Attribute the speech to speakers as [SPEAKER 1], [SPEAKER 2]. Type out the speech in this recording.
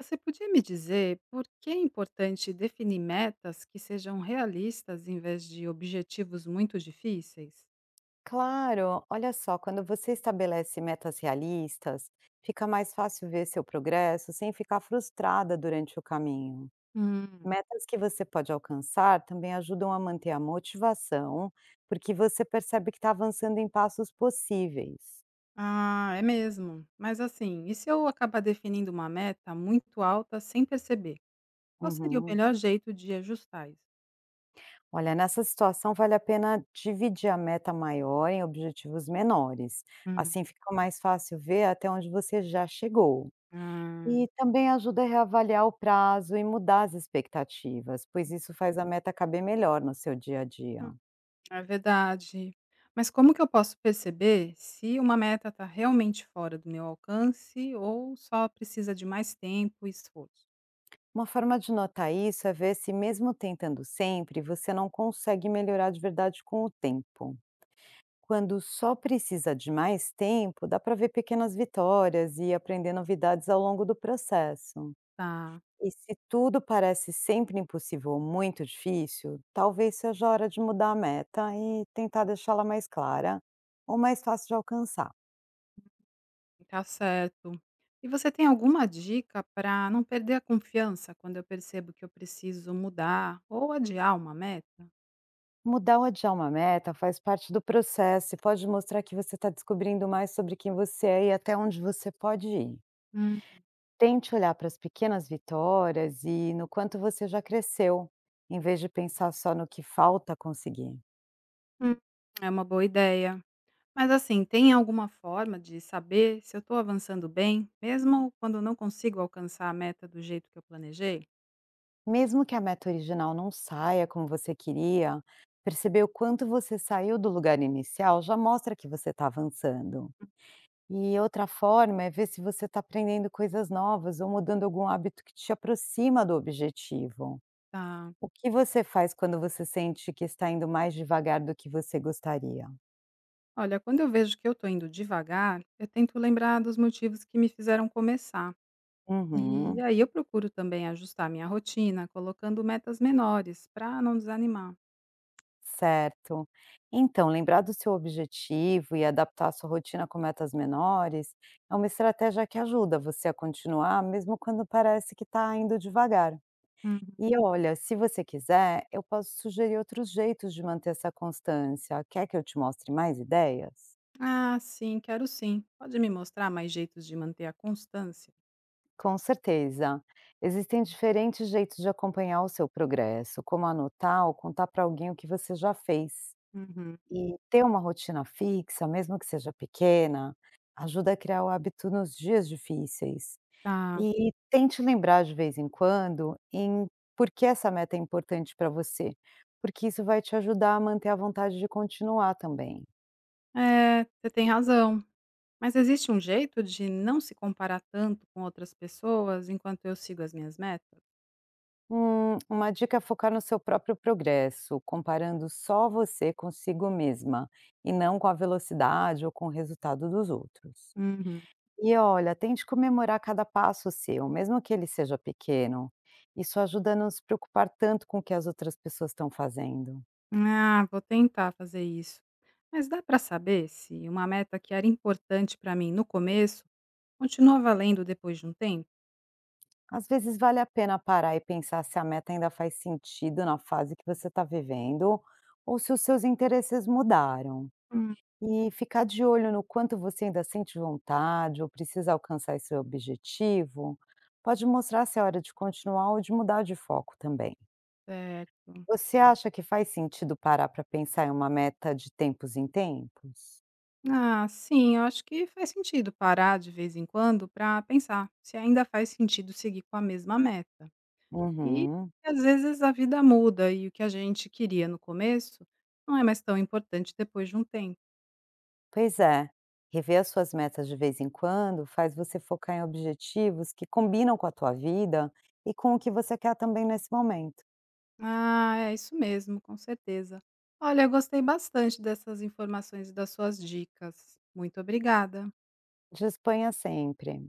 [SPEAKER 1] Você podia me dizer por que é importante definir metas que sejam realistas em vez de objetivos muito difíceis?
[SPEAKER 2] Claro, olha só, quando você estabelece metas realistas, fica mais fácil ver seu progresso sem ficar frustrada durante o caminho.
[SPEAKER 1] Hum.
[SPEAKER 2] Metas que você pode alcançar também ajudam a manter a motivação, porque você percebe que está avançando em passos possíveis.
[SPEAKER 1] Ah, é mesmo. Mas assim, e se eu acabar definindo uma meta muito alta sem perceber? Qual seria o
[SPEAKER 2] Uhum.
[SPEAKER 1] melhor jeito de ajustar isso?
[SPEAKER 2] Olha, nessa situação vale a pena dividir a meta maior em objetivos menores.
[SPEAKER 1] Hum.
[SPEAKER 2] Assim fica mais fácil ver até onde você já chegou.
[SPEAKER 1] Ah.
[SPEAKER 2] E também ajuda a reavaliar o prazo e mudar as expectativas, pois isso faz a meta caber melhor no seu dia a dia.
[SPEAKER 1] Hum. É verdade. Mas como que eu posso perceber se uma meta está realmente fora do meu alcance ou só precisa de mais tempo e esforço?
[SPEAKER 2] Uma forma de notar isso é ver se, mesmo tentando sempre, você não consegue melhorar de verdade com o tempo. Quando só precisa de mais tempo, dá para ver pequenas vitórias e aprender novidades ao longo do processo.
[SPEAKER 1] Tá.
[SPEAKER 2] E se tudo parece sempre impossível ou muito difícil, talvez seja a hora de mudar a meta e tentar deixá-la mais clara ou mais fácil de alcançar.
[SPEAKER 1] Tá certo. E você tem alguma dica para não perder a confiança quando eu percebo que eu preciso mudar ou adiar uma meta?
[SPEAKER 2] Mudar ou adiar uma meta faz parte do processo e pode mostrar que você está descobrindo mais sobre quem você é e até onde você pode ir.
[SPEAKER 1] Hum.
[SPEAKER 2] Tente olhar para as pequenas vitórias e no quanto você já cresceu, em vez de pensar só no que falta conseguir.
[SPEAKER 1] Hum, é uma boa ideia. Mas assim, tem alguma forma de saber se eu estou avançando bem, mesmo quando eu não consigo alcançar a meta do jeito que eu planejei?
[SPEAKER 2] Mesmo que a meta original não saia como você queria, perceber o quanto você saiu do lugar inicial já mostra que você está avançando. E outra forma é ver se você está aprendendo coisas novas ou mudando algum hábito que te aproxima do objetivo.
[SPEAKER 1] Tá.
[SPEAKER 2] O que você faz quando você sente que está indo mais devagar do que você gostaria?
[SPEAKER 1] Olha, quando eu vejo que eu estou indo devagar, eu tento lembrar dos motivos que me fizeram começar. E
[SPEAKER 2] Uhum,
[SPEAKER 1] aí eu procuro também ajustar minha rotina, colocando metas menores para não desanimar.
[SPEAKER 2] certo. Então, lembrar do seu objetivo e adaptar a sua rotina com metas menores é uma estratégia que ajuda você a continuar, mesmo quando parece que está indo devagar.
[SPEAKER 1] Uhum.
[SPEAKER 2] E olha, se você quiser, eu posso sugerir outros jeitos de manter essa constância. Quer que eu te mostre mais ideias?
[SPEAKER 1] Ah, sim, quero sim. Pode me mostrar mais jeitos de manter a constância?
[SPEAKER 2] Com certeza. Existem diferentes jeitos de acompanhar o seu progresso, como anotar ou contar para alguém o que você já fez.
[SPEAKER 1] Uhum.
[SPEAKER 2] E ter uma rotina fixa, mesmo que seja pequena, ajuda a criar o hábito nos dias difíceis.
[SPEAKER 1] Tá.
[SPEAKER 2] E tente lembrar de vez em quando em por que essa meta é importante para você, porque isso vai te ajudar a manter a vontade de continuar também.
[SPEAKER 1] É, você tem razão. Mas existe um jeito de não se comparar tanto com outras pessoas enquanto eu sigo as minhas metas?
[SPEAKER 2] Uma dica é focar no seu próprio progresso, comparando só você consigo mesma e não com a velocidade ou com o resultado dos outros.
[SPEAKER 1] Uhum.
[SPEAKER 2] E olha, tente comemorar cada passo seu, mesmo que ele seja pequeno. Isso ajuda a não se preocupar tanto com o que as outras pessoas estão fazendo.
[SPEAKER 1] Ah, vou tentar fazer isso. Mas dá para saber se uma meta que era importante para mim no começo continua valendo depois de um tempo?
[SPEAKER 2] Às vezes vale a pena parar e pensar se a meta ainda faz sentido na fase que você está vivendo ou se os seus interesses mudaram.
[SPEAKER 1] Hum.
[SPEAKER 2] E ficar de olho no quanto você ainda sente vontade ou precisa alcançar esse objetivo, pode mostrar se é hora de continuar ou de mudar de foco também.
[SPEAKER 1] Certo.
[SPEAKER 2] Você acha que faz sentido parar para pensar em uma meta de tempos em tempos?
[SPEAKER 1] Ah, sim, eu acho que faz sentido parar de vez em quando para pensar se ainda faz sentido seguir com a mesma meta. E
[SPEAKER 2] Uhum.
[SPEAKER 1] às vezes a vida muda e o que a gente queria no começo não é mais tão importante depois de um tempo.
[SPEAKER 2] Pois é. Rever as suas metas de vez em quando faz você focar em objetivos que combinam com a tua vida e com o que você quer também nesse momento.
[SPEAKER 1] Ah, é isso mesmo, com certeza. Olha, eu gostei bastante dessas informações e das suas dicas. Muito obrigada.
[SPEAKER 2] Disponha sempre.